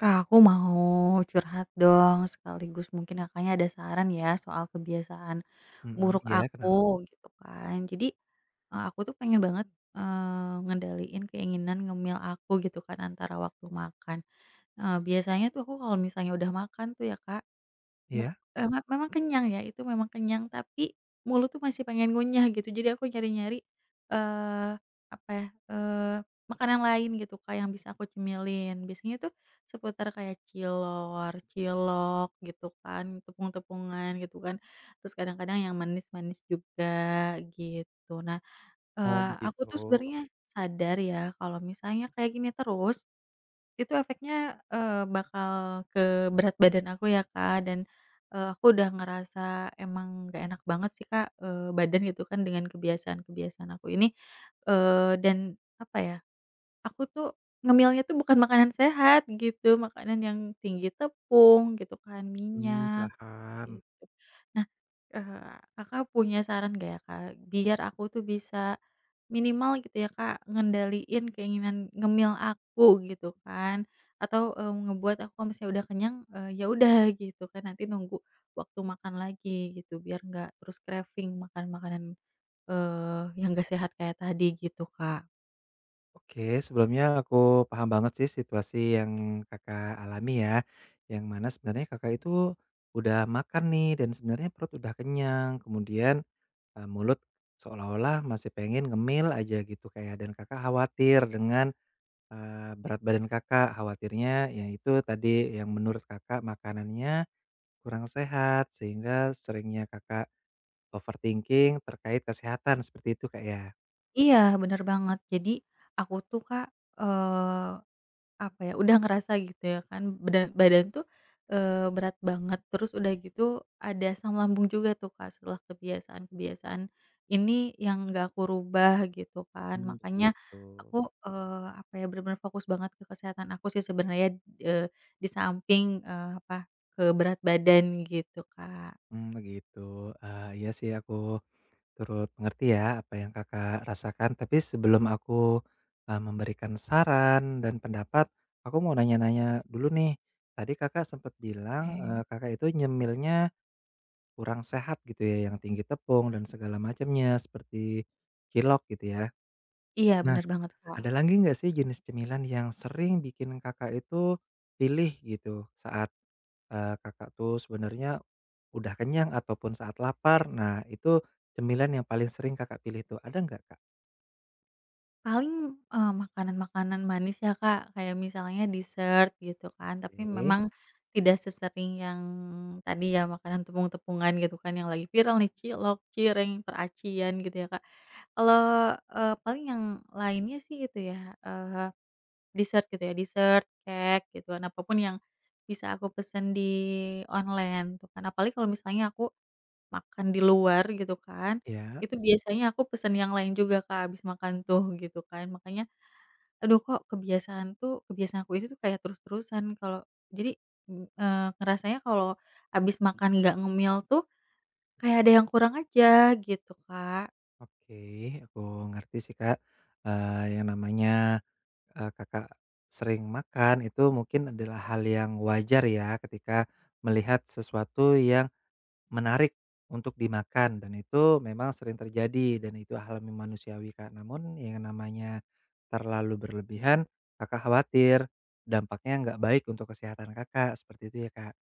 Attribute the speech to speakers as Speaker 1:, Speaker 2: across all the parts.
Speaker 1: Kak, aku mau curhat dong, sekaligus mungkin Kakaknya ada saran ya soal kebiasaan
Speaker 2: Mhm,
Speaker 1: buruk
Speaker 2: iya,
Speaker 1: aku
Speaker 2: kenapa?
Speaker 1: gitu kan. Jadi, aku tuh pengen banget, ngendaliin keinginan ngemil aku gitu kan antara waktu makan. Biasanya tuh aku kalau misalnya udah makan tuh ya Kak, Buk
Speaker 2: Iya?
Speaker 1: eee, me memang kenyang ya, itu memang kenyang, tapi mulut tuh masih pengen ngunyah gitu. Jadi aku nyari-nyari, eee, apa ya, makanan lain gitu Kak, yang bisa aku cemilin. Biasanya tuh seputar kayak cilor, cilok gitu kan, tepung-tepungan gitu kan, terus kadang-kadang yang manis-manis juga gitu. Nah,
Speaker 2: Oh,
Speaker 1: aku
Speaker 2: begitu.
Speaker 1: tuh sebenarnya sadar ya kalau misalnya kayak gini terus itu efeknya, bakal ke berat badan aku ya, Kak, dan, aku udah ngerasa emang gak enak banget sih, Kak, badan gitu kan dengan kebiasaan-kebiasaan aku ini, dan apa ya, aku tuh ngemilnya tuh bukan makanan sehat gitu, makanan yang tinggi tepung gitu kan, minyak.
Speaker 2: Paham.
Speaker 1: Gitu. Nah, Kakak punya saran nggak ya, Kak? Biar aku tuh bisa minimal gitu ya, Kak, ngendaliin keinginan ngemil aku gitu kan, atau, ngebuat aku kalau misalnya udah kenyang, ya udah gitu kan, nanti nunggu waktu makan lagi gitu, biar nggak terus craving makan makanan, yang nggak sehat kayak tadi gitu, Kak.
Speaker 2: Oke, sebelumnya aku paham banget sih situasi yang Kakak alami ya, yang mana sebenarnya Kakak itu udah makan nih dan sebenarnya perut udah kenyang, kemudian, mulut seolah-olah masih pengen ngemil aja gitu kayak dan Kakak khawatir dengan, eee, berat badan Kakak, khawatirnya ya itu tadi yang menurut Kakak makanannya kurang sehat sehingga seringnya Kakak overthinking terkait kesehatan seperti itu, Kak, ya?
Speaker 1: Iya, bener banget. Jadi aku tuh, Kak, eee Apa ya, udah ngerasa gitu ya kan badan badan tuh, berat banget terus udah gitu ada asam lambung juga tuh Kak setelah kebiasaan-kebiasaan ini yang nggak aku rubah gitu kan
Speaker 2: Mmm,
Speaker 1: makanya
Speaker 2: begitu.
Speaker 1: aku, apa ya, benar-benar fokus banget ke kesehatan aku sih sebenarnya, eee, di samping, apa, ke berat badan gitu Kak.
Speaker 2: Begitu. Iya sih aku turut mengerti ya apa yang Kakak rasakan. Tapi sebelum aku, memberikan saran dan pendapat, aku mau nanya-nanya dulu nih. Tadi Kakak sempet bilang,
Speaker 1: Oke.
Speaker 2: Kakak itu nyemilnya kurang sehat gitu ya, yang tinggi tepung dan segala macamnya, seperti cilok gitu ya.
Speaker 1: Iya
Speaker 2: Nah,
Speaker 1: benar banget Kak.
Speaker 2: ada lagi nggak sih jenis cemilan yang sering bikin Kakak itu pilih gitu saat Kakak tuh sebenarnya udah kenyang ataupun saat lapar. Nah, itu cemilan yang paling sering Kakak pilih tuh, ada nggak, Kak?
Speaker 1: Paling, makanan-makanan manis ya, Kak, kayak misalnya dessert gitu kan, tapi
Speaker 2: Oke,
Speaker 1: memang tidak sesering yang tadi ya, makanan tepung-tepungan gitu kan yang lagi viral nih, cilok, cireng, peracian gitu ya, Kak. Kalau, paling yang lainnya sih itu ya, dessert gitu ya, dessert, cake gitu kan, apapun yang bisa aku pesen di online tuh kan. Apalagi kalau misalnya aku makan di luar gitu kan,
Speaker 2: ya,
Speaker 1: itu biasanya aku pesen yang lain juga, Kak, abis makan tuh gitu kan. Makanya Aduh kok kebiasaan aku ini tuh kayak terus-terusan kalau jadi, ngerasanya kalau abis makan nggak ngemil tuh kayak ada yang kurang aja gitu, Kak.
Speaker 2: oke, aku ngerti sih, Kak. Yang namanya, Kakak sering makan itu mungkin adalah hal yang wajar ya ketika melihat sesuatu yang menarik untuk dimakan dan itu memang sering terjadi dan itu alami manusiawi, Kak. Namun yang namanya terlalu berlebihan, Kakak khawatir dampaknya nggak baik untuk kesehatan Kakak, seperti itu ya, Kak.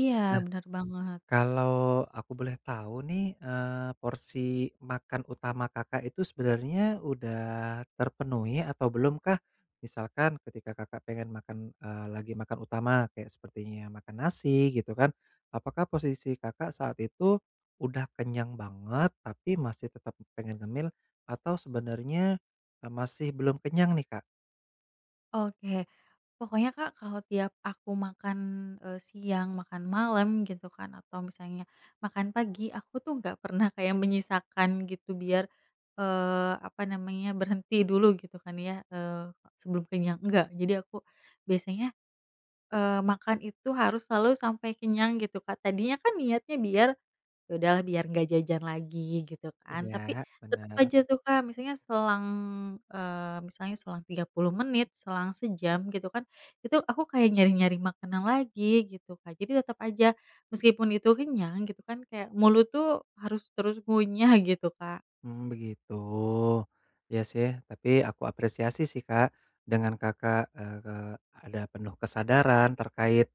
Speaker 1: Iya bener banget.
Speaker 2: Kalau aku boleh tahu nih, porsi makan utama Kakak itu sebenarnya udah terpenuhi atau belum kah? Misalkan ketika Kakak pengen makan, lagi makan utama kayak sepertinya makan nasi gitu kan, apakah posisi Kakak saat itu udah kenyang banget tapi masih tetap pengen ngemil atau sebenarnya, masih belum kenyang nih, Kak?
Speaker 1: Oke, pokoknya, Kak, kalau tiap aku makan, siang, makan malam gitu kan atau misalnya makan pagi, aku tuh nggak pernah kayak menyisakan gitu biar, apa namanya, berhenti dulu gitu kan ya, sebelum kenyang, enggak. Jadi aku biasanya makan itu harus selalu sampai kenyang gitu, Kak. Tadinya kan niatnya biar, ya udahlah biar nggak jajan lagi gitu kan,
Speaker 2: Iya,
Speaker 1: tapi tetep
Speaker 2: benar.
Speaker 1: aja tuh, Kak, misalnya selang 30 menit, selang sejam gitu kan, itu aku kayak nyari-nyari makanan lagi gitu, Kak. Jadi tetep aja meskipun itu kenyang gitu kan, kayak mulut tuh harus terus ngunyah gitu, Kak.
Speaker 2: Begitu. Ya sih, tapi aku apresiasi sih, Kak, dengan Kakak, ada penuh kesadaran terkait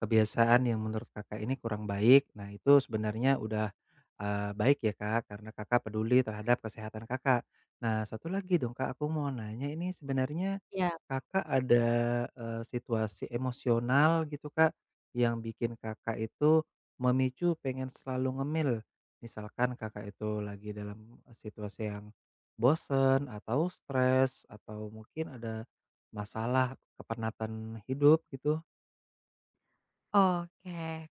Speaker 2: kebiasaan yang menurut Kakak ini kurang baik. Nah, itu sebenarnya udah, baik ya, Kak, karena Kakak peduli terhadap kesehatan Kakak. Nah, satu lagi dong, Kak, aku mau nanya ini sebenarnya
Speaker 1: Iya.
Speaker 2: Kakak ada, situasi emosional gitu, Kak, yang bikin Kakak itu memicu pengen selalu ngemil? Misalkan Kakak itu lagi dalam situasi yang bosen atau stres atau mungkin ada masalah kepenatan hidup gitu.
Speaker 1: Oke,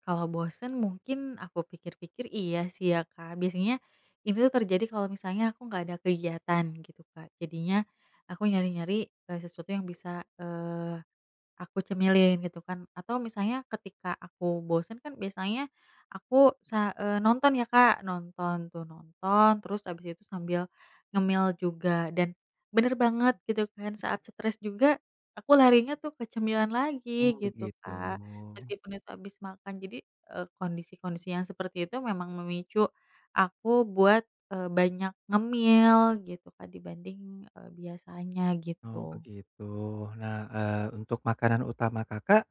Speaker 1: kalau bosen mungkin aku pikir-pikir iya sih ya, Kak. Biasanya itu tuh terjadi kalau misalnya aku nggak ada kegiatan gitu, Kak. Jadinya aku nyari-nyari, sesuatu yang bisa, aku cemilin gitu kan atau misalnya ketika aku bosen kan biasanya nonton ya Kak, nonton tuh nonton terus abis itu sambil ngemil juga dan bener banget gitu kan saat stres juga aku larinya tuh ke cemilan
Speaker 2: Oh,
Speaker 1: lagi gitu
Speaker 2: begitu.
Speaker 1: Kak,
Speaker 2: Gitu.
Speaker 1: meskipun itu abis makan jadi, kondisi-kondisi yang seperti itu memang memicu aku buat, banyak ngemil gitu Kak dibanding, biasanya
Speaker 2: Oh,
Speaker 1: gitu.
Speaker 2: begitu. Nah, untuk makanan utama Kakak,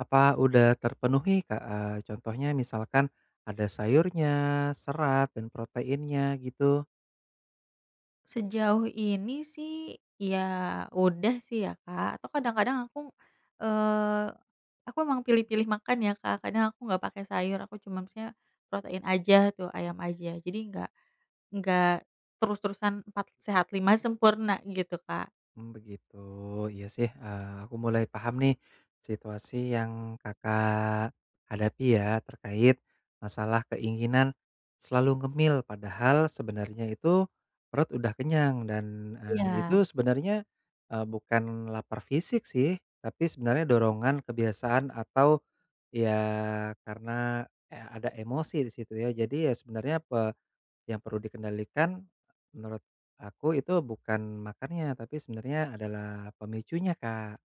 Speaker 2: apa udah terpenuhi, Kak? Contohnya misalkan ada sayurnya, serat dan proteinnya gitu.
Speaker 1: Sejauh ini sih, ya udah sih ya, Kak, atau kadang-kadang eee, aku emang pilih-pilih makan ya, Kak, kadang aku nggak pakai sayur, aku cuma misalnya protein aja tuh, ayam aja. Jadi nggak terus-terusan 4 sehat 5 sempurna gitu, Kak.
Speaker 2: Begitu. Iya sih, aku mulai paham nih situasi yang Kakak hadapi ya terkait masalah keinginan selalu ngemil padahal sebenarnya itu perut udah kenyang dan,
Speaker 1: Iya.
Speaker 2: itu sebenarnya, bukan lapar fisik sih, tapi sebenarnya dorongan kebiasaan atau ya karena, ada emosi di situ ya. Jadi ya sebenarnya yang perlu dikendalikan menurut aku itu bukan makannya, tapi sebenarnya adalah pemicunya, Kak.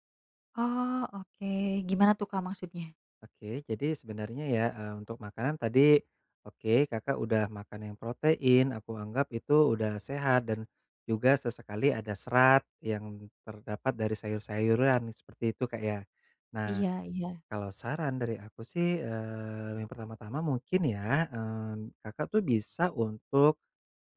Speaker 1: Oh, oke. Gimana tuh, Kak, maksudnya?
Speaker 2: Oke, jadi sebenarnya ya, untuk makanan tadi oke, Kakak udah makan yang protein, aku anggap itu udah sehat dan juga sesekali ada serat yang terdapat dari sayur-sayuran, seperti itu, Kak, ya. Nah,
Speaker 1: Iya iya.
Speaker 2: kalau saran dari aku sih, yang pertama-tama mungkin ya, Kakak tuh bisa untuk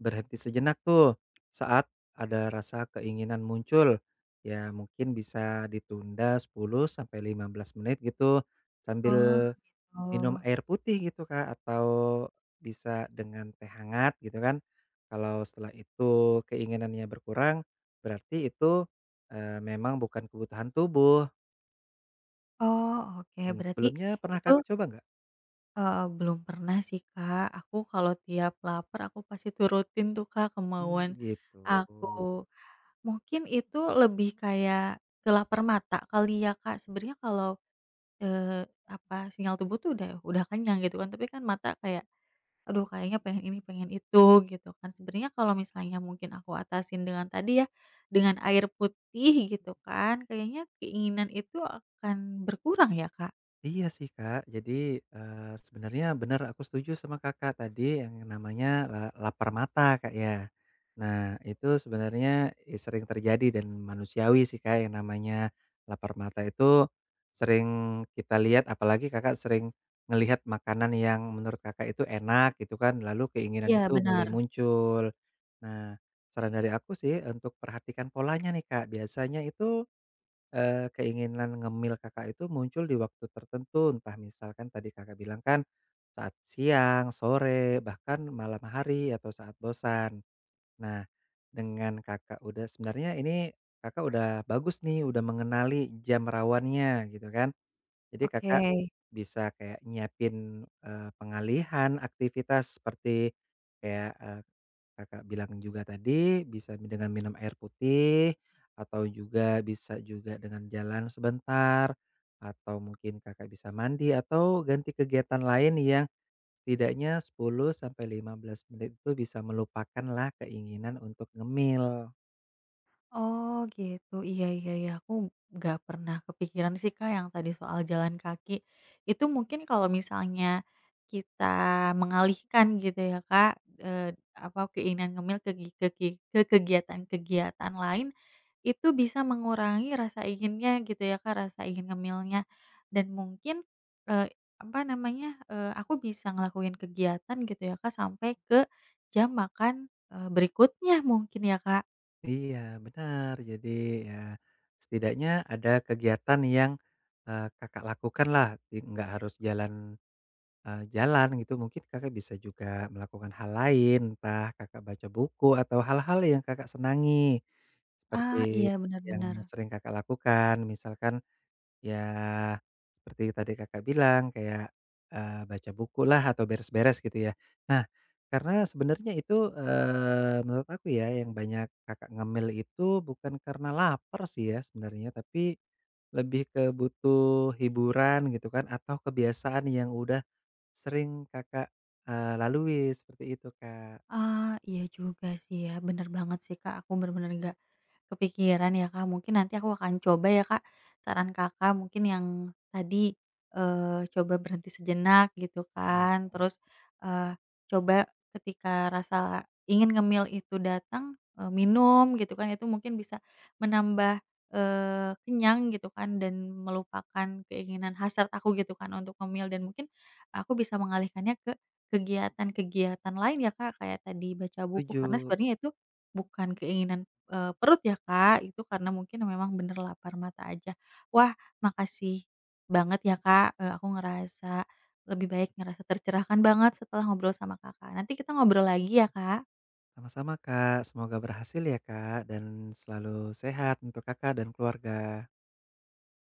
Speaker 2: berhenti sejenak tuh, saat ada rasa keinginan muncul. Ya mungkin bisa ditunda 10 sampai 15 menit gitu, sambil
Speaker 1: Oh, gitu.
Speaker 2: minum air putih gitu, Kak, atau bisa dengan teh hangat gitu kan. Kalau setelah itu keinginannya berkurang, berarti itu, memang bukan kebutuhan tubuh.
Speaker 1: Oh, oke.
Speaker 2: Sebelumnya pernah
Speaker 1: Itu
Speaker 2: Kakak coba nggak?
Speaker 1: Belum pernah sih, Kak. Aku kalau tiap lapar aku pasti turutin tuh, Kak, kemauan
Speaker 2: Begitu.
Speaker 1: aku. Mungkin itu lebih kayak ke lapar mata kali ya, Kak. Sebenarnya kalau, eee, apa, sinyal tubuh tuh udah kenyang gitu kan, tapi kan mata kayak, "Aduh kayaknya pengen ini, pengen itu," gitu kan. Sebenarnya kalau misalnya mungkin aku atasin dengan tadi ya, dengan air putih gitu kan, kayaknya keinginan itu akan berkurang ya, Kak?
Speaker 2: Iya sih Kak, jadi, sebenarnya benar aku setuju sama Kakak tadi yang namanya lapar mata Kak ya. Nah itu sebenarnya, sering terjadi dan manusiawi sih Kak yang namanya lapar mata itu sering kita lihat apalagi Kakak sering ngelihat makanan yang menurut Kakak itu enak gitu kan, lalu keinginan
Speaker 1: Iya
Speaker 2: itu
Speaker 1: benar.
Speaker 2: mulai muncul. Nah saran dari aku sih untuk perhatikan polanya nih Kak, biasanya itu keinginan ngemil Kakak itu muncul di waktu tertentu, entah misalkan tadi Kakak bilang kan, saat siang, sore, bahkan malam hari atau saat bosan. Nah, dengan Kakak udah sebenarnya ini Kakak udah bagus nih, udah mengenali jam rawannya gitu kan. Jadi Kakak
Speaker 1: Oke.
Speaker 2: bisa kayak nyiapin, pengalihan aktivitas seperti kayak, Kakak bilang juga tadi bisa dengan minum air putih atau juga bisa juga dengan jalan sebentar atau mungkin Kakak bisa mandi atau ganti kegiatan lain yang setidaknya 10 sampai 15 menit itu bisa melupakanlah keinginan untuk ngemil.
Speaker 1: Oh gitu, iya iya iya, aku nggak pernah kepikiran sih Kak yang tadi soal jalan kaki. Itu mungkin kalau misalnya kita mengalihkan gitu ya Kak, apa, keinginan ngemil ke gi ke gi ke kegiatan-kegiatan lain, itu bisa mengurangi rasa inginnya gitu ya Kak, rasa ingin ngemilnya. Dan mungkin, eee, apa namanya, aku bisa ngelakuin kegiatan gitu ya Kak sampai ke jam makan, berikutnya mungkin ya Kak?
Speaker 2: Iya benar, jadi ya setidaknya ada kegiatan yang, Kakak lakukanlah, di nggak harus jalan, jalan gitu mungkin Kakak bisa juga melakukan hal lain, entah Kakak baca buku atau hal-hal yang Kakak senangi, seperti
Speaker 1: Ah, iya
Speaker 2: yang
Speaker 1: benar-benar.
Speaker 2: sering Kakak lakukan misalkan, ya, seperti tadi Kakak bilang kayak, baca bukulah atau beres-beres gitu ya. Nah, karena sebenarnya itu, menurut aku ya yang banyak Kakak ngemil itu bukan karena lapar sih ya sebenarnya, tapi lebih ke butuh hiburan gitu kan atau kebiasaan yang udah sering Kakak, lalui seperti itu, Kak.
Speaker 1: Ah, iya juga sih ya, benar banget sih Kak, aku benar-benar nggak, kepikiran ya, Kak, mungkin nanti aku akan coba ya, Kak, saran Kakak mungkin yang tadi, coba berhenti sejenak gitu
Speaker 2: Bener,
Speaker 1: kan,
Speaker 2: Kak.
Speaker 1: terus, eee, coba ketika rasa ingin ngemil itu datang, minum gitu kan, itu mungkin bisa menambah, kenyang gitu kan dan melupakan keinginan hasrat aku gitu kan untuk ngemil dan mungkin aku bisa mengalihkannya ke kegiatan-kegiatan lain ya, Kak, kayak tadi baca buku karena
Speaker 2: Setuju.
Speaker 1: sebenarnya itu bukan keinginan perut ya, Kak, itu karena mungkin memang bener lapar mata aja. Wah, makasih banget ya, Kak, aku ngerasa lebih baik, ngerasa tercerahkan banget setelah ngobrol sama Kakak. Nanti kita ngobrol lagi ya, Kak.
Speaker 2: Sama-sama, Kak. Semoga berhasil ya, Kak, dan selalu sehat untuk Kakak dan keluarga.